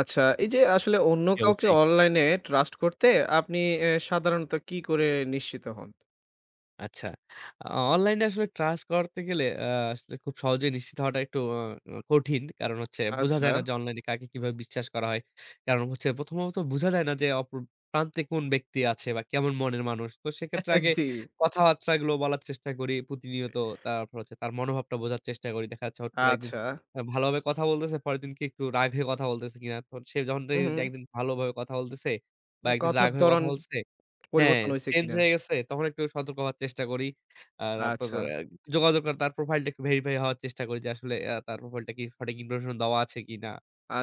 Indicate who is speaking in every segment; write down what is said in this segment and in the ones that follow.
Speaker 1: আচ্ছা, এই যে আসলে অন্য
Speaker 2: জি,
Speaker 1: কাউকে
Speaker 2: অবশ্যই।
Speaker 1: অনলাইনে ট্রাস্ট করতে আপনি সাধারণত কি করে নিশ্চিত হন?
Speaker 2: আচ্ছা। আ অনলাইনে আসলে ট্রাস্ট করতে গেলে আসলে খুব সহজেই নিশ্চিত হওয়াটা একটু কঠিন। কারণ হচ্ছে বোঝা
Speaker 1: আচ্ছা,
Speaker 2: যায় না যে অনলাইনে কাকে কিভাবে বিশ্বাস করা হয়। কারণ হচ্ছে প্রথমত বোঝা যায় না যে অপর প্রান্তে কোন ব্যক্তি আছে বা কেমন মনের মানুষ। তো সেক্ষেত্রে আগে
Speaker 1: জি,
Speaker 2: কথাবার্তাগুলো বলার চেষ্টা করি প্রতিনিয়ত। তারপর হচ্ছে তার মনোভাবটা বোঝার চেষ্টা করি। দেখা যাচ্ছে হট করে একদিন
Speaker 1: আচ্ছা।
Speaker 2: ভালোভাবে কথা বলতেছে, পরের দিন কি একটু রাগ হয়ে কথা বলতেছে কিনা। তো সে যখন
Speaker 1: হু,
Speaker 2: দেখি
Speaker 1: হু।
Speaker 2: যে একদিন ভালোভাবে কথা বলতেছে বা একদিন রাগ
Speaker 1: কথার
Speaker 2: হয়ে কথা
Speaker 1: ধরন
Speaker 2: বলছে হ্যাঁ,
Speaker 1: পরিবর্তন হইছে
Speaker 2: চেঞ্জ
Speaker 1: কিনা?
Speaker 2: হয়ে গেছে। তখন একটু সতর্ক হওয়ার চেষ্টা করি। তারপর
Speaker 1: আচ্ছা,
Speaker 2: আ যোগাযোগ করা তার প্রোফাইলটা একটু ভেরিফাই হওয়ার চেষ্টা করি যে আসলে তার প্রোফাইলটা কি সঠিক ইনফরমেশন দেওয়া আছে কিনা।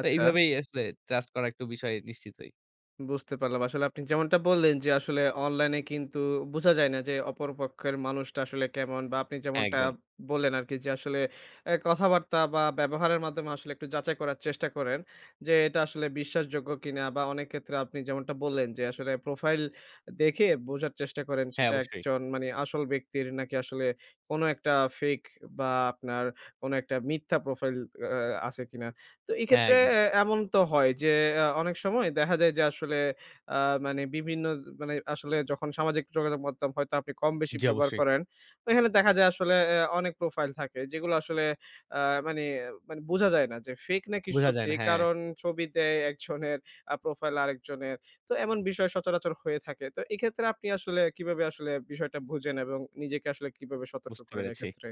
Speaker 2: তো এইভাবেই আসলে ট্রাস্ট করা একটু বিষয় নিশ্চিত হই।
Speaker 1: বুঝতে পারলাম। আসলে আপনি যেমনটা বললেন যে, আসলে অনলাইনে কিন্তু বোঝা যায় না যে, অপরপক্ষের মানুষটা আসলে কেমন বা আপনি
Speaker 2: হ্যাঁ,
Speaker 1: যেমনটা
Speaker 2: একদম।
Speaker 1: বললেন আরকি যে, আসলে এ কথাবার্তা বা ব্যবহারের মাধ্যমে আসলে একটু যাচাই করার চেষ্টা করেন যে, এটা আসলে বিশ্বাসযোগ্য কিনা বা অনেক ক্ষেত্রে আপনি যেমনটা বললেন যে, আসলে প্রোফাইল দেখে বোঝার চেষ্টা করেন
Speaker 2: হ্যাঁ,
Speaker 1: সেটা
Speaker 2: অবশ্যই।
Speaker 1: একজন মানে আসল ব্যক্তির নাকি আসলে কোনো একটা ফেক বা আপনার কোনো একটা মিথ্যা প্রোফাইল আ আছে কিনা। তো
Speaker 2: হ্যাঁ,
Speaker 1: এক্ষেত্রে
Speaker 2: একদম।
Speaker 1: এমন তো হয় যে অনেক সময় দেখা যায় যে আসলে আ মানে বিভিন্ন মানে আসলে যখন সামাজিক যোগাযোগ মাধ্যম হয়তো আপনি কম বেশি
Speaker 2: জি,
Speaker 1: ব্যবহার
Speaker 2: অবশ্যই।
Speaker 1: করেন, তো এখানে দেখা যায় আসলে অনেক প্রোফাইল থাকে যেগুলো আসলে আ মানে মানে বোঝা যায় না যে ফেক নাকি
Speaker 2: বোঝা যায়
Speaker 1: সত্যি।
Speaker 2: না। হ্যাঁ,
Speaker 1: কারণ ছবি দেয় একজনের, প্রোফাইল আরেকজনের। তো এমন বিষয় সচরাচর হয়ে থাকে। তো এক্ষেত্রে আপনি আসলে কিভাবে আসলে বিষয়টা বুঝেন এবং নিজেকে আসলে কিভাবে সতর্ক
Speaker 2: বুঝতে
Speaker 1: করেন
Speaker 2: পেরেছি।
Speaker 1: এক্ষেত্রে?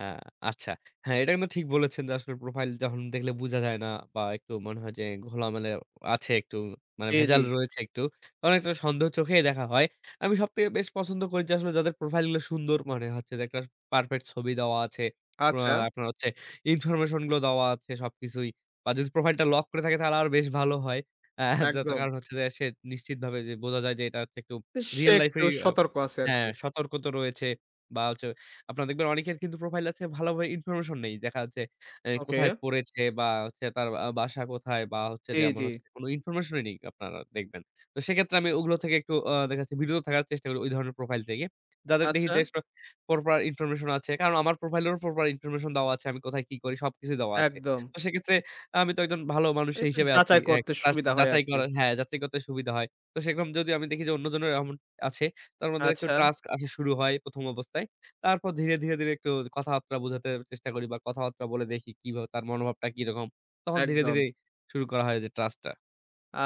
Speaker 2: আ আচ্ছা। হ্যাঁ, এটা কিন্তু ঠিক বলেছেন যে আসলে প্রোফাইল যখন দেখলে বোঝা যায় না বা একটু মনে হয় যে ঘোলামেলা আছে একটু মানে
Speaker 1: জি, জি।
Speaker 2: ভেজাল রয়েছে একটু। তখন একটা সন্দেহ চোখেই দেখা হয়। আমি সবথেকে বেশ পছন্দ করি যে আসলে যাদের প্রোফাইল গুলো সুন্দর মানে হচ্ছে যে একটা পারফেক্ট ছবি দেওয়া আছে। আ
Speaker 1: আচ্ছা,
Speaker 2: আপনার হচ্ছে ইনফরমেশন গুলো দেওয়া আছে সবকিছুই। বা যদি প্রোফাইলটা লক করে থাকে তাহলে আরো বেশ ভালো হয়। আ যাতে
Speaker 1: একদম।
Speaker 2: কারণ হচ্ছে যে সে নিশ্চিতভাবে যে বোঝা যায় যে এটা হচ্ছে একটু
Speaker 1: সে
Speaker 2: রিয়াল লাইফ
Speaker 1: একটু
Speaker 2: এরই
Speaker 1: সতর্ক আছে
Speaker 2: হ্যাঁ,
Speaker 1: আরকি।
Speaker 2: সতর্কতা রয়েছে বা হচ্ছে আপনার দেখবেন অনেকের কিন্তু প্রোফাইল আছে ভালোভাবে ইনফরমেশন নেই। দেখা যাচ্ছে এ
Speaker 1: ওকে।
Speaker 2: কোথায় পড়েছে বা হচ্ছে তার বাসা কোথায় বা হচ্ছে
Speaker 1: জি,
Speaker 2: যে এমন
Speaker 1: জি।
Speaker 2: হচ্ছে কোনো ইনফরমেশনই নেই আপনারা দেখবেন। তো সেক্ষেত্রে আমি ওগুলো থেকে একটু দেখা যাচ্ছে বিরত থাকার চেষ্টা করি ওই ধরনের প্রোফাইল থেকে। যাদের দেখি
Speaker 1: আচ্ছা,
Speaker 2: যে আসলে প্রপার ইনফরমেশন আছে। কারণ আমার প্রোফাইলেরও প্রপার ইনফরমেশন দেওয়া আছে। আমি কোথায় কি করি সবকিছু দেওয়া আছে।
Speaker 1: একদম।
Speaker 2: তো সেক্ষেত্রে আমি তো একজন ভালো মানুষ
Speaker 1: আর
Speaker 2: সেই
Speaker 1: একটু
Speaker 2: হিসেবে আছি।
Speaker 1: যাচাই
Speaker 2: এ
Speaker 1: করতে
Speaker 2: ট্রাস্ট
Speaker 1: সুবিধা হয়
Speaker 2: যাচাই
Speaker 1: আরকি।
Speaker 2: করার হ্যাঁ, যাচাই করতে সুবিধা হয়। তো সেরকম যদি আমি দেখি যে অন্যজনের এমন আছে তার মধ্যে একটু
Speaker 1: আচ্ছা,
Speaker 2: ট্রাস্ট আসা শুরু হয় ১ম অবস্থায়। তারপর ধীরে, ধীরে, ধীরে একটু কথাবার্তা বোঝাতে চেষ্টা করি বা কথাবার্তা বলে দেখি কিভাবে তার মনোভাবটা কিরকম। তখন ধীরে,
Speaker 1: একদম।
Speaker 2: ধীরে শুরু করা হয় যে ট্রাস্ট টা।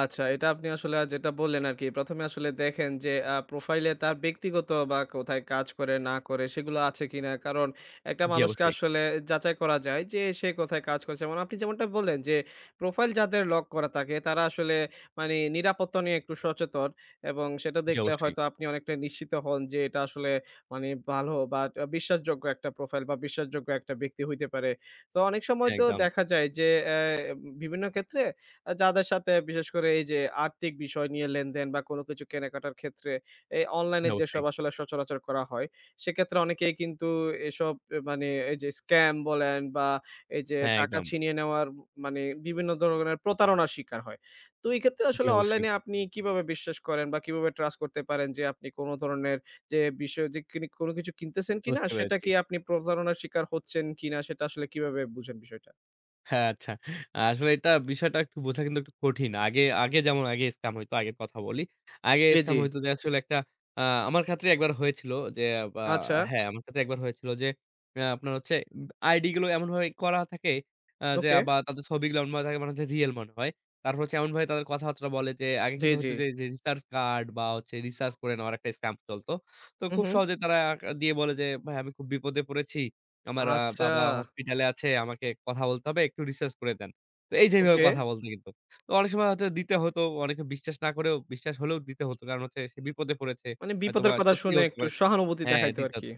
Speaker 1: আচ্ছা, এটা আপনি আসলে যেটা বললেন আরকি। ১ম এ আসলে দেখেন যে প্রোফাইলে তার ব্যক্তিগত বা কোথায় কাজ করে না করে সেগুলো আছে কিনা। কারণ একটা
Speaker 2: জি
Speaker 1: মানুষকে
Speaker 2: অবশ্যই,
Speaker 1: আসলে যাচাই করা যায় যে সে কোথায় কাজ করছে। যেমন আপনি যেমনটা বললেন যে প্রোফাইল যাদের লক করা থাকে তারা আসলে মানে নিরাপত্তা নিয়ে একটু সচেতন এবং সেটা
Speaker 2: জি
Speaker 1: দেখলে
Speaker 2: অবশ্যই।
Speaker 1: হয়তো আপনি অনেকটা নিশ্চিত হন যে এটা আসলে মানে ভালো বা বিশ্বাসযোগ্য একটা প্রোফাইল বা বিশ্বাসযোগ্য একটা ব্যক্তি হইতে পারে। তো অনেক সময়
Speaker 2: হ্যাঁ,
Speaker 1: তো
Speaker 2: একদম।
Speaker 1: দেখা যায় যে বিভিন্ন ক্ষেত্রে যাদের সাথে বিশেষ করে এই যে আর্থিক বিষয় নিয়ে লেনদেন বা কোনো কিছু কেনাকাটার ক্ষেত্রে এই
Speaker 2: জি
Speaker 1: অনলাইনে
Speaker 2: অবশ্যই।
Speaker 1: যেসব আসলে সচরাচর করা হয়, সেক্ষেত্রে অনেকেই কিন্তু এসব মানে এই যে স্ক্যাম বলেন বা এই যে
Speaker 2: হ্যাঁ,
Speaker 1: টাকা
Speaker 2: একদম।
Speaker 1: ছিনিয়ে নেওয়ার মানে বিভিন্ন ধরনের প্রতারণার শিকার হয়। তো এই ক্ষেত্রে
Speaker 2: জি
Speaker 1: আসলে
Speaker 2: অবশ্যই।
Speaker 1: অনলাইনে আপনি কিভাবে বিশ্বাস করেন বা কিভাবে ট্রাস্ট করতে পারেন যে আপনি কোনো ধরনের যে বিষয় যে কিনি কোনো কিছু কিনতেছেন কিনা
Speaker 2: বুঝতে
Speaker 1: সেটা
Speaker 2: পেরেছি।
Speaker 1: কি আপনি প্রতারণার শিকার হচ্ছেন কিনা সেটা আসলে কিভাবে বুঝেন বিষয়টা?
Speaker 2: হ্যাঁ, আচ্ছা। আসলে এটা বিষয়টা একটু বোঝা কিন্তু একটু কঠিন। আগে আগে যেমন আগে স্কাম হইতো, আগের কথা বলি। আগে
Speaker 1: জি,
Speaker 2: স্কাম
Speaker 1: জি।
Speaker 2: হইতো যে আসলে একটা আ আমার ক্ষেত্রে একবার হয়েছিল যে বা
Speaker 1: আচ্ছা,
Speaker 2: হ্যাঁ, আমার ক্ষেত্রে একবার হয়েছিল যে আপনার হচ্ছে আইডি গুলো এমনভাবে করা থাকে যে
Speaker 1: ওকে।
Speaker 2: বা তাদের ছবিগুলো এমনভাবে থাকে মনে হচ্ছে রিয়াল মনে হয়। তারপর হচ্ছে এমনভাবে তাদের কথাবার্তা বলে যে আগে
Speaker 1: জি,
Speaker 2: কিন্তু
Speaker 1: জি।
Speaker 2: হয়তো যে রিসার্চ কার্ড বা হচ্ছে রিসার্চ করে নেওয়ার একটা স্কাম চলতো। তো
Speaker 1: হু,
Speaker 2: খুব
Speaker 1: হু।
Speaker 2: সহজে তারা দিয়ে বলে যে, "ভাই আমি খুব বিপদে পড়েছি। আমার
Speaker 1: আচ্ছা,
Speaker 2: বাবা হসপিটালে আছে, আমাকে কথা বলতে হবে, একটু রিসার্চ করে দেন। তো এই যে এভাবে
Speaker 1: ওকে।
Speaker 2: কথা বলতো কিন্তু। তো অনেক সময় হচ্ছে দিতে হতো, অনেকে বিশ্বাস না করেও বিশ্বাস হলেও দিতে হতো। কারণ হচ্ছে সে বিপদে পড়েছে।
Speaker 1: মানে
Speaker 2: হয়তোবা
Speaker 1: বিপদের কথা
Speaker 2: সত্যি
Speaker 1: শুনে
Speaker 2: হতে
Speaker 1: একটু
Speaker 2: পারে।
Speaker 1: সহানুভূতি
Speaker 2: হ্যাঁ,
Speaker 1: দেখাইতো
Speaker 2: দিত।
Speaker 1: আরকি।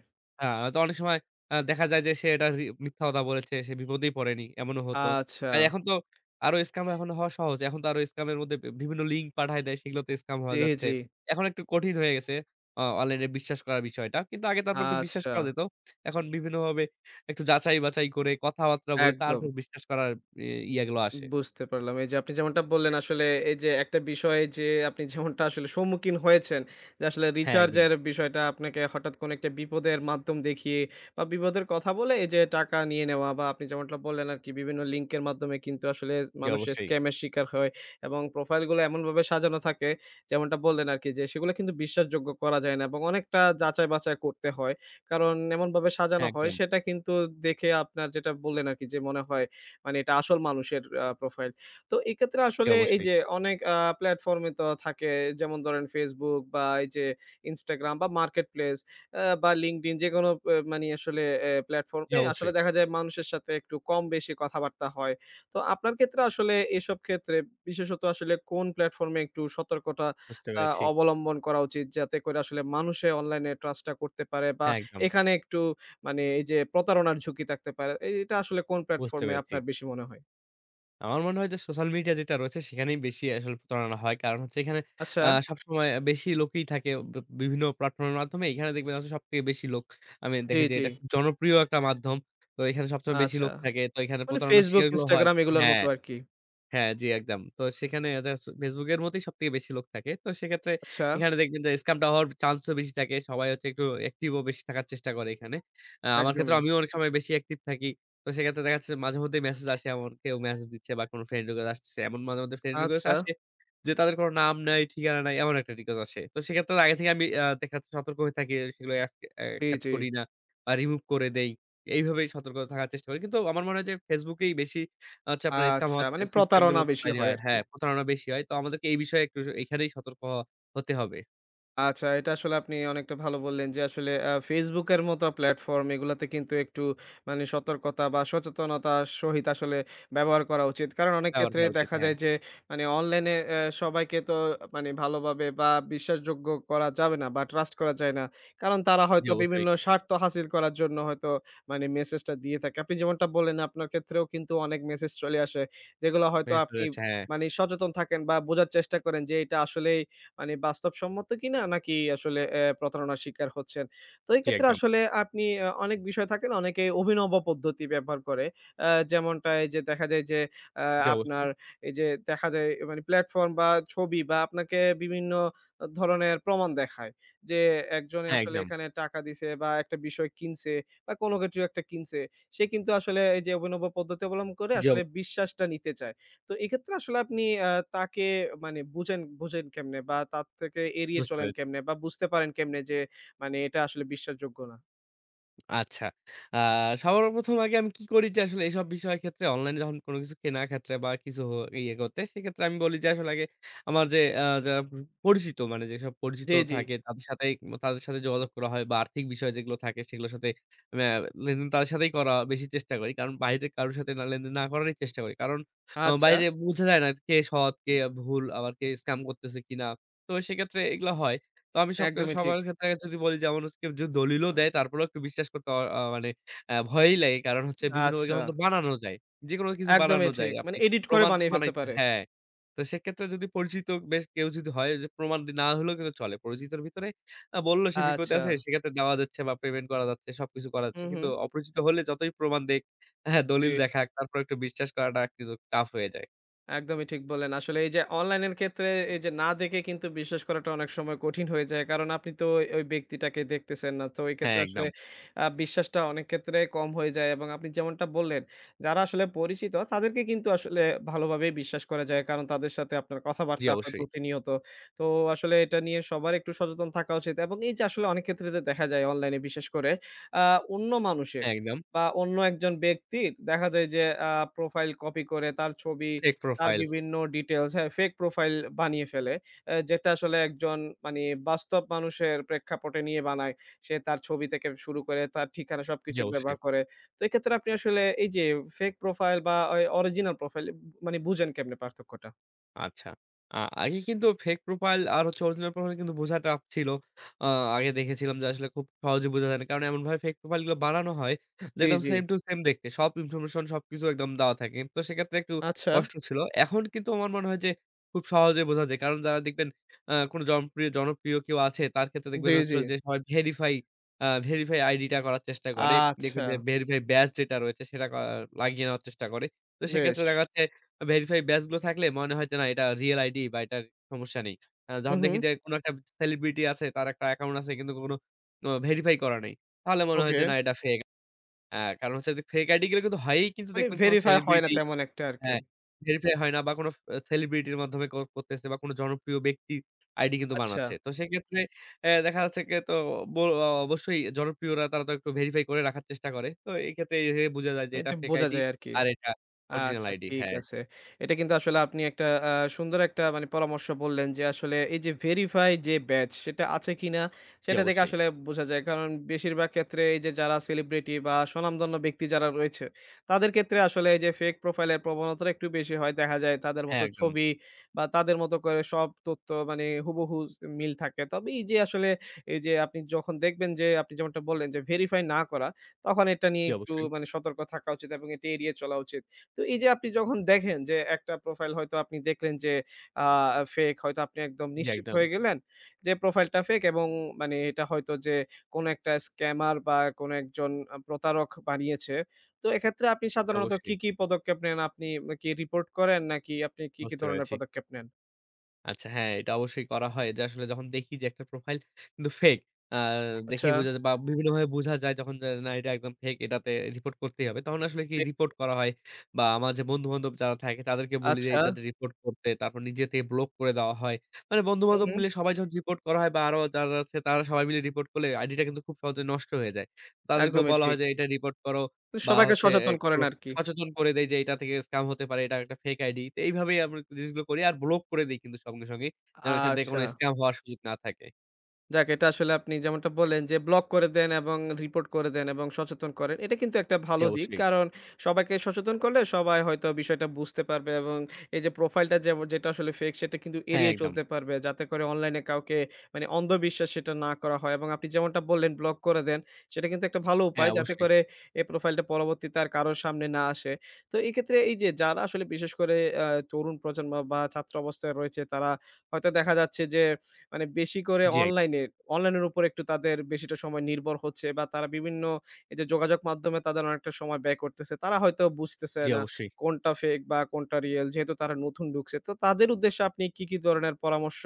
Speaker 2: আ তো অনেক সময় দেখা যায় যে সে এটা মিথ্যা কথা বলেছে, সে বিপদেই পড়েনি। এমনও হতো।
Speaker 1: আচ্ছা।
Speaker 2: আর এখন তো আরো স্কাম এখন হওয়া সহজ। এখন তো আরো স্কামের মধ্যে বিভিন্ন লিঙ্ক পাঠায় দেয়, সেগুলোতে স্কাম হওয়া
Speaker 1: জি,
Speaker 2: যাচ্ছে।
Speaker 1: জি।
Speaker 2: এখন একটু কঠিন হয়ে গেছে অনলাইনে বিশ্বাস করার বিষয়টা। কিন্তু আগে তারপর একটু বিশ্বাস
Speaker 1: আচ্ছা,
Speaker 2: করা যেত। এখন বিভিন্নভাবে একটু যাচাই-বাছাই করে কথাবার্তা বলে
Speaker 1: একদম।
Speaker 2: তারপর বিশ্বাস করার ই ইয়াগুলো আসে।
Speaker 1: বুঝতে পারলাম। এই যে আপনি যেমনটা বললেন আসলে এই যে একটা বিষয়ে যে আপনি যেমনটা আসলে সম্মুখীন হয়েছেন, যে আসলে
Speaker 2: হ্যাঁ, একদম।
Speaker 1: রিচার্জের বিষয়টা আপনাকে হঠাৎ কোনো একটা বিপদের মাধ্যম দেখিয়ে বা বিপদের কথা বলে এই যে টাকা নিয়ে নেওয়া বা আপনি যেমনটা বললেন আরকি বিভিন্ন লিঙ্কের মাধ্যমে কিন্তু আসলে
Speaker 2: জি,
Speaker 1: মানুষের
Speaker 2: অবশ্যই।
Speaker 1: স্ক্যামের শিকার হয় এবং প্রোফাইলগুলো এমনভাবে সাজানো থাকে যেমনটা বললেন আরকি যে সেগুলো কিন্তু বিশ্বাসযোগ্য করা যায় না এবং অনেকটা যাচাই-বাছাই করতে হয়। কারণ এমনভাবে সাজানো
Speaker 2: হ্যাঁ,
Speaker 1: হয়
Speaker 2: একদম।
Speaker 1: সেটা কিন্তু দেখে আপনার যেটা বললেন আরকি যে মনে হয় মানে এটা আসল মানুষের প্রোফাইল। তো এক্ষেত্রে
Speaker 2: জি,
Speaker 1: আসলে এই
Speaker 2: অবশ্যই।
Speaker 1: যে অনেক প্ল্যাটফর্মে তো থাকে যেমন ধরেন Facebook বা এই যে Instagram বা Marketplace বা LinkedIn যেকোনো মানে আসলে এ প্ল্যাটফর্ম
Speaker 2: জি,
Speaker 1: এ আসলে
Speaker 2: অবশ্যই।
Speaker 1: দেখা যায় মানুষের সাথে একটু কম বেশি কথাবার্তা হয়। তো আপনার ক্ষেত্রে আসলে এসব ক্ষেত্রে বিশেষত আসলে কোন প্ল্যাটফর্মে একটু সতর্কতা
Speaker 2: বুঝতে
Speaker 1: আ
Speaker 2: পেরেছি।
Speaker 1: অবলম্বন করা উচিত? যাতে করে আসলে মানুষে অনলাইনে ট্রাস্ট টা করতে পারে বা
Speaker 2: হ্যাঁ, একদম।
Speaker 1: এখানে একটু মানে এই যে প্রতারণার ঝুঁকি থাকতে পারে। এটা আসলে কোন
Speaker 2: বুঝতে
Speaker 1: প্ল্যাটফর্মে
Speaker 2: পেরেছি।
Speaker 1: আপনার বেশি মনে হয়?
Speaker 2: আমার মনে হয় যে সোশ্যাল মিডিয়া যেটা রয়েছে সেখানেই বেশি আসলে প্রতারণা হয়। কারণ হচ্ছে এখানে
Speaker 1: আচ্ছা,
Speaker 2: সবসময় বেশি লোকই থাকে বিভিন্ন প্ল্যাটফর্ম এর মাধ্যমে। এখানে দেখবেন আসলে সবথেকে বেশি লোক। আমি
Speaker 1: জি,
Speaker 2: দেখি যে
Speaker 1: জি।
Speaker 2: এটা খুব জনপ্রিয় একটা মাধ্যম। তো এখানে সবসময় বেশি
Speaker 1: আচ্ছা।
Speaker 2: লোক থাকে। তো এখানে
Speaker 1: মানে
Speaker 2: প্রতারণার
Speaker 1: Facebook,
Speaker 2: শিকারগুলো হয়
Speaker 1: Instagram এগুলোর
Speaker 2: হ্যাঁ।
Speaker 1: মতো আরকি।
Speaker 2: হ্যাঁ, জি একদম। তো সেখানে যা হচ্ছে Facebook এর মতোই সবথেকে বেশি লোক থাকে। তো সেক্ষেত্রে
Speaker 1: আচ্ছা,
Speaker 2: এখানে দেখবেন যে স্কামটা হওয়ার চান্সও বেশি থাকে। সবাই হচ্ছে একটু অ্যাক্টিভ ও বেশি থাকার চেষ্টা করে এখানে। আমার ক্ষেত্রে
Speaker 1: একদমই।
Speaker 2: আমিও অনেক সময় বেশি অ্যাক্টিভ থাকি। তো সেক্ষেত্রে দেখা যাচ্ছে মাঝেমধ্যেই মেসেজ আসে এমন কেউ মেসেজ দিচ্ছে বা কোনো ফ্রেন্ড রিকোয়েস্ট আসতেছে। এমন মাঝে মধ্যে ফ্রেন্ড রিকোয়েস্ট
Speaker 1: আচ্ছা,
Speaker 2: আসে যে তাদের কোনো নাম নাই, ঠিকানা নাই এমন একটা রিকোয়েস্ট আসে। তো সেক্ষেত্রে আগে থেকে আমি দেখা যাচ্ছে সতর্ক হয়ে থাকি। সেগুলো
Speaker 1: জি,
Speaker 2: অ্যাকসেপ্ট
Speaker 1: জি।
Speaker 2: করি না বা রিমুভ করে দেই। এইভাবেই সতর্ক থাকার চেষ্টা করি। কিন্তু আমার মনে হয় যে Facebook এই বেশি হচ্ছে আপনার স্কাম
Speaker 1: আচ্ছা,
Speaker 2: হওয়ার
Speaker 1: মানে
Speaker 2: সিস্টেম গুলো
Speaker 1: প্রতারণা বেশি
Speaker 2: তৈরি
Speaker 1: হয়
Speaker 2: হয়।
Speaker 1: আরকি।
Speaker 2: হ্যাঁ, প্রতারণা বেশি হয়। তো আমাদেরকে এই বিষয়ে একটু এখানেই সতর্ক হওয়া হতে হবে।
Speaker 1: আচ্ছা, এটা আসলে আপনি অনেকটা ভালো বললেন যে আসলে Facebook এর মতো প্ল্যাটফর্ম এগুলাতে কিন্তু একটু মানে সতর্কতা বা সচেতনতার সহিত আসলে ব্যবহার করা উচিত। কারণ অনেক
Speaker 2: ব্যবহার
Speaker 1: ক্ষেত্রে
Speaker 2: করা উচিত।
Speaker 1: দেখা
Speaker 2: হ্যাঁ,
Speaker 1: যায় যে মানে অনলাইনে সবাইকে তো মানে ভালোভাবে বা বিশ্বাসযোগ্য করা যাবে না বা ট্রাস্ট করা যায় না। কারণ তারা
Speaker 2: জি
Speaker 1: হয়তো
Speaker 2: অবশ্যই।
Speaker 1: বিভিন্ন স্বার্থ হাসিল করার জন্য হয়তো মানে মেসেজটা দিয়ে থাকে। আপনি যেমনটা বললেন আপনার ক্ষেত্রেও কিন্তু অনেক মেসেজ চলে আসে যেগুলো হয়তো
Speaker 2: হ্যাঁ, চলে
Speaker 1: আপনি
Speaker 2: যাচ্ছে। হ্যাঁ,
Speaker 1: মানে সচেতন থাকেন বা বোঝার চেষ্টা করেন যে এটা আসলেই মানে বাস্তবসম্মত কিনা নাকি আসলে প্রতারণার শিকার হচ্ছেন। তো এই
Speaker 2: জি
Speaker 1: ক্ষেত্রে
Speaker 2: একদম।
Speaker 1: আসলে আপনি অনেক বিষয় থাকে না অনেকে অভিনব পদ্ধতি ব্যবহার করে। যেমনটা এই যে দেখা যায় যে আ
Speaker 2: জি অবশ্যই।
Speaker 1: আপনার এই যে দেখা যায় মানে প্ল্যাটফর্ম বা ছবি বা আপনাকে বিভিন্ন ধরনের প্রমাণ দেখায়। যে একজনে
Speaker 2: হ্যাঁ,
Speaker 1: আসলে
Speaker 2: একদম।
Speaker 1: এখানে টাকা দিছে বা একটা বিষয় কিনছে বা কোনো কিছু একটা কিনছে। সে কিন্তু আসলে এই যে অভিনব পদ্ধতি অবলম্বন করে
Speaker 2: জি অব
Speaker 1: আসলে বিশ্বাসটা নিতে চায়। তো এক্ষেত্রে আসলে আপনি তাকে মানে বুঝেন বুঝেন কেমনে? বা তার থেকে এড়িয়ে
Speaker 2: বুঝতে
Speaker 1: চলেন
Speaker 2: পেরেছি।
Speaker 1: কেমনে? বা বুঝতে পারেন কেমনে যে মানে এটা আসলে বিশ্বাসযোগ্য না?
Speaker 2: আচ্ছা। আ সবার প্রথম আগে আমি কি করি যে আসলে এসব বিষয়ের ক্ষেত্রে অনলাইনে যখন কোনো কিছু কেনার ক্ষেত্রে বা কিছু ইয়ে করতে সেক্ষেত্রে আমি বলি যে আসলে আগে আমার যে যারা পরিচিত মানে যেসব পরিচিত
Speaker 1: জি, জি।
Speaker 2: থাকে তাদের সাথেই তাদের সাথে যোগাযোগ করা হয় বা আর্থিক বিষয় যেগুলো থাকে সেগুলোর সাথে ম্যা লেনদেন তাদের সাথেই করা বেশি চেষ্টা করি। কারণ বাইরে কারো সাথে না লেনদেন না করারই চেষ্টা করি। কারণ
Speaker 1: আচ্ছা,
Speaker 2: বাইরে বোঝা যায় না কে সৎ, কে ভুল আবার কে স্ক্যাম করতেছে কিনা। তো সেক্ষেত্রে এগুলা হয়। তো আমি
Speaker 1: একদমই ঠিক।
Speaker 2: সবার ক্ষেত্রে যদি বলি যেমন হচ্ছে কেউ যদি দলিলও দেয় তারপরেও একটু বিশ্বাস করতে অ আ মানে ভয়ই লাগে। কারণ হচ্ছে বিভিন্ন
Speaker 1: আচ্ছা,
Speaker 2: এখন তো বানানো যায়। যেকোনো কিছু বানানো
Speaker 1: একদমই
Speaker 2: যায়।
Speaker 1: ঠিক।
Speaker 2: আপনি
Speaker 1: মানে এডিট করে
Speaker 2: প্রমাণ তো
Speaker 1: বানিয়ে ফেলতে
Speaker 2: বানাইতে
Speaker 1: পারে।
Speaker 2: হ্যাঁ। তো সেক্ষেত্রে যদি পরিচিত বেশ কেউ যদি হয় যে প্রমাণ না হলেও কিন্তু চলে। পরিচিতর ভিতরে বলল সে বিপদে
Speaker 1: আচ্ছা।
Speaker 2: আছে সেক্ষেত্রে দেওয়া যাচ্ছে বা পেমেন্ট করা যাচ্ছে সবকিছু করা
Speaker 1: হু,
Speaker 2: যাচ্ছে।
Speaker 1: হু।
Speaker 2: কিন্তু অপরিচিত হলে যতই প্রমাণ দেক, হ্যাঁ,
Speaker 1: জি।
Speaker 2: দলিল দেখাক তারপর একটু বিশ্বাস করাটা কিন্তু টাফ হয়ে যায়।
Speaker 1: একদমই ঠিক বললেন। আসলে এই যে অনলাইনের ক্ষেত্রে এই যে না দেখে কিন্তু বিশ্বাস করাটা অনেক সময় কঠিন হয়ে যায়। কারণ আপনি তো ওই ওই ব্যক্তিটাকে দেখতেছেন না। তো এই
Speaker 2: হ্যাঁ,
Speaker 1: ক্ষেত্রে আসলে
Speaker 2: একদম।
Speaker 1: বিশ্বাসটা অনেক ক্ষেত্রে কম হয়ে যায় এবং আপনি যেমনটা বললেন, যারা আসলে পরিচিত তাদেরকে কিন্তু আসলে ভালোভাবেই বিশ্বাস করা যায়। কারণ তাদের সাথে আপনার
Speaker 2: জি,
Speaker 1: কথাবার্তা হয়
Speaker 2: অবশ্যই।
Speaker 1: প্রতিনিয়ত। তো আসলে এটা নিয়ে সবার একটু সচেতন থাকা উচিত এবং এই যে আসলে অনেক ক্ষেত্রে যে দেখা যায় অনলাইনে বিশেষ করে আ অন্য মানুষের
Speaker 2: হ্যাঁ, একদম।
Speaker 1: বা অন্য একজন ব্যক্তির দেখা যায় যে প্রোফাইল কপি করে তার ছবি
Speaker 2: ফেক
Speaker 1: তার
Speaker 2: প্রোফাইল।
Speaker 1: বিভিন্ন ডিটেইলস হ্যাঁ, ফেক প্রোফাইল বানিয়ে ফেলে। যেটা আসলে একজন মানে বাস্তব মানুষের প্রেক্ষাপটে নিয়ে বানায়। সে তার ছবি থেকে শুরু করে তার ঠিকানা
Speaker 2: জি,
Speaker 1: সবকিছু
Speaker 2: অবশ্যই।
Speaker 1: ব্যবহার করে। তো এক্ষেত্রে আপনি আসলে এই যে ফেক প্রোফাইল বা অরিজিনাল প্রোফাইল মানে বুঝেন কেমনে পার্থক্যটা?
Speaker 2: আচ্ছা। আগে কিন্তু ফেক প্রোফাইল আর হচ্ছে অরিজিনাল প্রোফাইল কিন্তু বোঝা টাফ ছিল। আ আগে দেখেছিলাম যে আসলে খুব সহজে বোঝা যায় না। কারণ এমনভাবে ফেক প্রোফাইল গুলো বানানো হয় যে
Speaker 1: জি,
Speaker 2: একদম
Speaker 1: জি।
Speaker 2: সেম টু সেম দেখতে। সব ইনফরমেশন সবকিছু একদম দেওয়া থাকে। তো সেক্ষেত্রে একটু
Speaker 1: আচ্ছা।
Speaker 2: কষ্ট ছিল। এখন কিন্তু আমার মনে হয় যে খুব সহজে বোঝা যায়। কারণ যারা দেখবেন কোনো জনপ্রিয় জনপ্রিয় কেউ আছে তার ক্ষেত্রে দেখবেন
Speaker 1: জি, জি।
Speaker 2: আসলে যে সবাই ভেরিফাই আইডিটা করার চেষ্টা করে।
Speaker 1: আচ্ছা,
Speaker 2: দেখবেন যে ভেরিফাই ব্যাজ যেটা রয়েছে সেটা লাগিয়ে নেওয়ার চেষ্টা করে। তো
Speaker 1: বেশ।
Speaker 2: সেক্ষেত্রে দেখা যাচ্ছে ভেরিফাই ব্যাচ গুলো থাকলে মনে হয় যে না এটা রিয়াল আইডি বা এটার সমস্যা নেই।
Speaker 1: হু,
Speaker 2: যখন
Speaker 1: হু।
Speaker 2: দেখি যে কোন একটা সেলিব্রিটি আছে, তার একটা অ্যাকাউন্ট আছে কিন্তু কোনো ভেরিফাই করা নেই। তাহলে মনে হয়
Speaker 1: ওকে।
Speaker 2: যে না এটা ফেক। কারণ হচ্ছে যে ফেক আইডি গুলো কিন্তু হয়ই কিন্তু
Speaker 1: মানে
Speaker 2: দেখবেন কোন
Speaker 1: ভেরিফাই হয় না
Speaker 2: সেলিব্রিটি
Speaker 1: তেমন একটা আরকি।
Speaker 2: হ্যাঁ, ভেরিফাই হয় না বা কোন সেলিব্রিটির মাধ্যমে করতেছে বা কোন জনপ্রিয় ব্যক্তির আইডি কিন্তু
Speaker 1: আচ্ছা,
Speaker 2: বানাচ্ছে। তো সেক্ষেত্রে দেখা যাচ্ছে কে তো ব অ অবশ্যই জনপ্রিয়রা তারা তো একটু ভেরিফাই করে রাখার চেষ্টা করে। তো এই ক্ষেত্রে এই বোঝা যায় যে এটা
Speaker 1: এটা
Speaker 2: ফেক
Speaker 1: বোঝা
Speaker 2: আইডি
Speaker 1: যায় আরকি।
Speaker 2: আর এটা অরিজিনাল
Speaker 1: আচ্ছা
Speaker 2: আইডি।
Speaker 1: ঠিক
Speaker 2: হ্যাঁ,
Speaker 1: আছে। এটা কিন্তু আসলে আপনি একটা সুন্দর একটা মানে পরামর্শ বললেন যে আসলে এই যে ভেরিফাই যে ব্যাচ সেটা আছে কিনা
Speaker 2: জি
Speaker 1: সেটা দেখে
Speaker 2: অবশ্যই।
Speaker 1: আসলে বোঝা যায়। কারণ বেশিরভাগ ক্ষেত্রে এই যে যারা সেলিব্রিটি বা স্বনামধন্য ব্যক্তি যারা রয়েছে তাদের ক্ষেত্রে আসলে এই যে ফেক প্রোফাইলের প্রবণতাটা একটু বেশি হয়। দেখা যায় তাদের
Speaker 2: হ্যাঁ,
Speaker 1: মতো
Speaker 2: একদম।
Speaker 1: ছবি বা তাদের মতো করে সব তথ্য মানে হুবহু মিল থাকে। তবে এই যে আসলে এই যে আপনি যখন দেখবেন যে আপনি যেমনটা বললেন যে ভেরিফাই না করা তখন এটা নিয়ে
Speaker 2: জি,
Speaker 1: একটু
Speaker 2: অবশ্যই।
Speaker 1: মানে সতর্ক থাকা উচিত এবং এটা এড়িয়ে চলা উচিত। তো এই যে আপনি যখন দেখেন যে একটা প্রোফাইল হয়তো আপনি দেখলেন যে আ ফেক হয়তো আপনি একদম
Speaker 2: জি,
Speaker 1: নিশ্চিত
Speaker 2: একদম।
Speaker 1: হয়ে গেলেন যে প্রোফাইলটা ফেক এবং মানে এটা হয়তো যে কোনো একটা স্ক্যামার বা কোনো একজন প্রতারক বানিয়েছে। তো এক্ষেত্রে আপনি সাধারণত
Speaker 2: অবশ্যই।
Speaker 1: কি, কি পদক্ষেপ নেন? আপনি কি রিপোর্ট করেন নাকি আপনি কি, কি
Speaker 2: বুঝতে
Speaker 1: ধরনের
Speaker 2: পেরেছি।
Speaker 1: পদক্ষেপ নেন?
Speaker 2: আচ্ছা হ্যাঁ, এটা অবশ্যই করা হয় যে আসলে যখন দেখি যে একটা প্রোফাইল কিন্তু ফেক আ
Speaker 1: আচ্ছা,
Speaker 2: দেখেই বোঝা যায় বা বিভিন্নভাবে বোঝা যায় যখন যে না এটা একদম ফেক এটাতে রিপোর্ট করতেই হবে। তখন আসলে কি রিপোর্ট করা হয় বা আমার যে বন্ধু-বান্ধব যারা থাকে তাদেরকে বলি যে
Speaker 1: আচ্ছা।
Speaker 2: এটাতে রিপোর্ট করতে। তারপর নিজে থেকে ব্লক করে দেওয়া হয়। মানে
Speaker 1: হুম,
Speaker 2: বন্ধু-বান্ধব
Speaker 1: হুম।
Speaker 2: মিলে সবাই যখন রিপোর্ট করা হয় বা আরো যারা আছে তারা সবাই মিলে রিপোর্ট করলে আইডিটা কিন্তু খুব সহজে নষ্ট হয়ে যায়। তাদেরকেও
Speaker 1: একদমই
Speaker 2: বলা হয়
Speaker 1: ঠিক।
Speaker 2: যে এটা রিপোর্ট করো বা
Speaker 1: সবাইকে
Speaker 2: হচ্ছে এ
Speaker 1: সচেতন করেন
Speaker 2: ব্লক
Speaker 1: আরকি।
Speaker 2: সচেতন করে দেই যে এটা থেকে স্কাম হতে পারে। এটা একটা ফেক আইডি। তো এইভাবেই আমরা জিনিসগুলো করি। আর ব্লক করে দেই কিন্তু সঙ্গে, সঙ্গেই। যেন এখান থেকে কোনো
Speaker 1: আচ্ছা।
Speaker 2: স্কাম হওয়ার সুযোগ না থাকে।
Speaker 1: যাক এটা আসলে আপনি যেমনটা বললেন যে ব্লক করে দেন এবং রিপোর্ট করে দেন এবং সচেতন করেন। এটা কিন্তু একটা
Speaker 2: জি
Speaker 1: ভালো দিক।
Speaker 2: অবশ্যই।
Speaker 1: কারণ সবাইকে সচেতন করলে সবাই হয়তো বিষয়টা বুঝতে পারবে এবং এই যে প্রোফাইলটা যেমন যেটা আসলে ফেক সেটা কিন্তু
Speaker 2: হ্যাঁ,
Speaker 1: এড়িয়ে
Speaker 2: একদম।
Speaker 1: চলতে পারবে। যাতে করে অনলাইনে কাউকে মানে অন্ধবিশ্বাস সেটা না করা হয় এবং আপনি যেমনটা বললেন ব্লক করে দেন। সেটা কিন্তু একটা ভালো
Speaker 2: হ্যাঁ,
Speaker 1: উপায় যাতে
Speaker 2: অবশ্যই।
Speaker 1: করে এই প্রোফাইলটা পরবর্তীতে আর কারো সামনে না আসে। তো এক্ষেত্রে এই যে যারা আসলে বিশেষ করে আ তরুণ প্রজন্ম বা ছাত্র অবস্থায় রয়েছে তারা হয়তো দেখা যাচ্ছে যে মানে বেশি করে
Speaker 2: জি, এক-
Speaker 1: অনলাইনে, অনলাইনের উপর একটু তাদের বেশিটা সময় নির্ভর হচ্ছে বা তারা বিভিন্ন এই যে যোগাযোগ মাধ্যমে তাদের অনেকটা সময় ব্যয় করতেছে। তারা হয়তো বুঝতেছে
Speaker 2: জি
Speaker 1: না
Speaker 2: অবশ্যই।
Speaker 1: কোনটা ফেক বা কোনটা রিয়েল যেহেতু তারা নতুন ঢুকছে। তো তাদের উদ্দেশ্যে আপনি কি, কি ধরনের পরামর্শ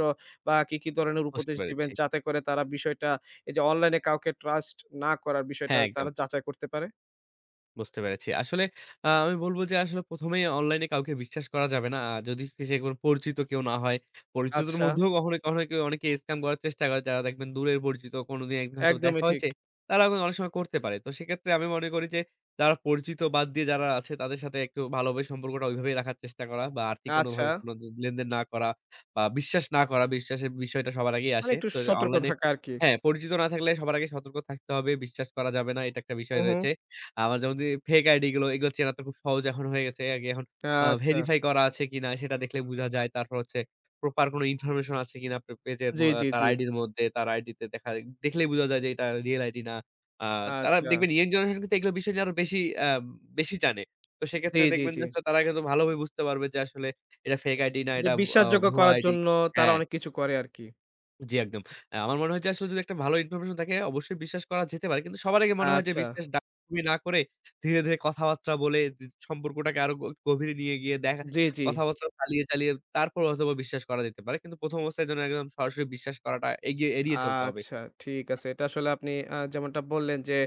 Speaker 1: বা কি, কি ধরনের
Speaker 2: বুঝতে
Speaker 1: উপদেশ দিবেন
Speaker 2: পেরেছি।
Speaker 1: যাতে করে তারা বিষয়টা এই যে অনলাইনে কাউকে ট্রাস্ট না করার বিষয়টা
Speaker 2: হ্যাঁ, একদম।
Speaker 1: তারা যাচাই করতে পারে?
Speaker 2: বুঝতে পেরেছি। আসলে আমি বলব যে আসলে ১ম এই অনলাইনে কাউকে বিশ্বাস করা যাবে না। যদি সে কোন পরিচিত কেউ না হয়। পরিচিতর
Speaker 1: আচ্ছা,
Speaker 2: মধ্যেও কখনো, কখনো কেউ অনেকে স্ক্যাম করার চেষ্টা করে। যারা দেখবেন দূরের পরিচিত কোনদিন একদিন হয়তো দেখা
Speaker 1: একদমই ঠিক।
Speaker 2: হয়েছে। তারা কিন্তু অনেক সময় করতে পারে। তো সেক্ষেত্রে আমি মনে করি যে যারা পরিচিত বাদ দিয়ে যারা আছে তাদের সাথে একটু ভালোভাবে সম্পর্কটা ওইভাবেই রাখার চেষ্টা করা বা আর্থিক
Speaker 1: আচ্ছা,
Speaker 2: কোনোভাবে কোন লেনদেন না করা বা বিশ্বাস না করা। বিশ্বাসের বিষয়টা সবার আগেই
Speaker 1: মানে
Speaker 2: আসে।
Speaker 1: একটু
Speaker 2: তো
Speaker 1: সতর্ক
Speaker 2: অনলাইনে
Speaker 1: থাকা আরকি।
Speaker 2: হ্যাঁ, পরিচিত না থাকলে সবার আগে সতর্ক থাকতে হবে। বিশ্বাস করা যাবে না। এটা একটা
Speaker 1: হু,
Speaker 2: বিষয়
Speaker 1: হু।
Speaker 2: রয়েছে। আমার যেমন যে ফেক আইডি গুলো এগুলো চেনা তো খুব সহজ এখন হয়ে গেছে। আগে এখন
Speaker 1: আচ্ছা।
Speaker 2: ভেরিফাই করা আছে কিনা সেটা দেখলে বুঝা যায়। তারপর হচ্ছে প্রপার কোনো ইনফরমেশন আছে কিনা আপনার পেজের
Speaker 1: জি, জি,
Speaker 2: তার
Speaker 1: জি।
Speaker 2: আইডির মধ্যে, তার আইডিতে দেখা দেখলেই বুঝা যায় যে এটা রিয়াল আইডি না। আ তারা
Speaker 1: আচ্ছা।
Speaker 2: দেখবেন ইয়ং জেনারেশন কিন্তু এগুলো বিষয় নিয়ে আরো বেশি আ বেশি জানে। তো
Speaker 1: জি,
Speaker 2: সেক্ষেত্রে
Speaker 1: জি,
Speaker 2: দেখবেন
Speaker 1: জি।
Speaker 2: যে আসলে তারা কিন্তু ভালোভাবে বুঝতে পারবে যে আসলে এটা ফেক আইডি না
Speaker 1: যে
Speaker 2: এটা আ
Speaker 1: বিশ্বাসযোগ্য
Speaker 2: ভুয়া
Speaker 1: করার
Speaker 2: আইডি।
Speaker 1: জন্য তারা
Speaker 2: হ্যাঁ।
Speaker 1: অনেক কিছু করে আরকি।
Speaker 2: জি, একদম। আমার মনে হয় যে আসলে যদি একটা ভালো ইনফরমেশন থাকে অবশ্যই বিশ্বাস করা যেতে পারে। কিন্তু সবার আগে মনে হয় যে
Speaker 1: আচ্ছা।
Speaker 2: বিশ্বাস ডাকাডাকি না করে ধীরে, ধীরে কথাবার্তা বলে সম্পর্কটাকে আরো গভীরে নিয়ে গিয়ে দেখা
Speaker 1: জি, জি।
Speaker 2: কথাবার্তা চালিয়ে, চালিয়ে তারপর হয়তোবা বিশ্বাস করা যেতে পারে। কিন্তু ১ম অবস্থায় যেন একদম সরাসরি বিশ্বাস করাটা এগিয়ে এড়িয়ে চলতে হবে।
Speaker 1: আচ্ছা ঠিক আছে। এটা আসলে আপনি যেমনটা বললেন যে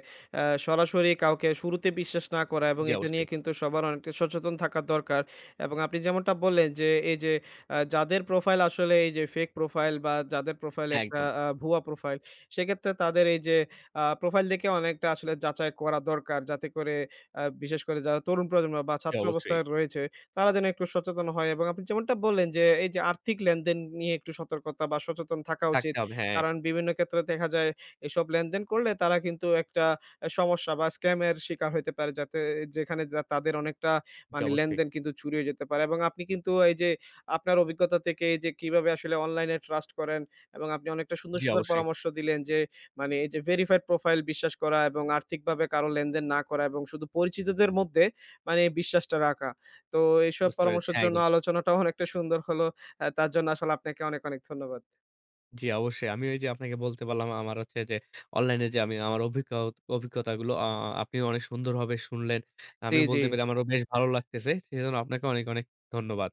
Speaker 1: আ সরাসরি কাউকে শুরুতে বিশ্বাস না করা এবং
Speaker 2: জি,
Speaker 1: এটা নিয়ে
Speaker 2: অবশ্যই।
Speaker 1: কিন্তু সবার অনেকটা সচেতন থাকা দরকার। এবং আপনি যেমনটা বললেন যে এই যে যাদের প্রোফাইল আসলে এই যে ফেক প্রোফাইল বা যাদের প্রোফাইল
Speaker 2: হ্যাঁ,
Speaker 1: একটা
Speaker 2: একদম।
Speaker 1: ভুয়া প্রোফাইল সেক্ষেত্রে তাদের এই যে প্রোফাইল দেখে অনেকটা আসলে যাচাই করা দরকার। যাতে করে বিশেষ করে যারা তরুণ প্রজন্ম বা
Speaker 2: জি,
Speaker 1: ছাত্র
Speaker 2: অবশ্যই।
Speaker 1: অবস্থায় রয়েছে তারা যেন একটু সচেতন হয় এবং আপনি যেমনটা বললেন যে এই যে আর্থিক লেনদেন নিয়ে একটু সতর্কতা বা সচেতন থাকা
Speaker 2: থাকতে
Speaker 1: উচিত।
Speaker 2: হবে। হ্যাঁ,
Speaker 1: কারণ বিভিন্ন ক্ষেত্রে দেখা যায় এসব লেনদেন করলে তারা কিন্তু একটা সমস্যা বা স্ক্যামের শিকার হইতে পারে। যাতে যেখানে যা তাদের অনেকটা
Speaker 2: জি,
Speaker 1: মানে
Speaker 2: অবশ্যই।
Speaker 1: লেনদেন কিন্তু চুরি হয়ে যেতে পারে এবং আপনি কিন্তু এই যে আপনার অভিজ্ঞতা থেকে এই যে কিভাবে আসলে অনলাইনে ট্রাস্ট করেন এবং আপনি অনেকটা সুন্দর,
Speaker 2: জি,
Speaker 1: সুন্দর
Speaker 2: অবশ্যই।
Speaker 1: পরামর্শ দিলেন যে মানে এই যে ভেরিফাইড প্রোফাইল বিশ্বাস করা এবং আর্থিকভাবে কারো লেনদেন না করা এবং শুধু পরিচিতদের মধ্যে মানে এই বিশ্বাসটা রাখা। তো এইসব
Speaker 2: বুঝতে পেরেছি।
Speaker 1: পরামর্শের
Speaker 2: হ্যাঁ,
Speaker 1: জন্য
Speaker 2: একদম।
Speaker 1: আলোচনাটাও অনেকটা সুন্দর হলো। তার জন্য আসলে আপনাকে অনেক, অনেক ধন্যবাদ।
Speaker 2: জি, অবশ্যই। আমি ওই যে আপনাকে বলতে পারলাম আমার হচ্ছে যে অনলাইনে যে আমি আমার অভিজ্ঞতাগুলো আপনি অনেক সুন্দরভাবে শুনলেন।
Speaker 1: জি,
Speaker 2: আমিও
Speaker 1: জি।
Speaker 2: বলতে পেরে আমারও বেশ ভালো লাগতেছে। সেজন্য আপনাকে অনেক, অনেক ধন্যবাদ।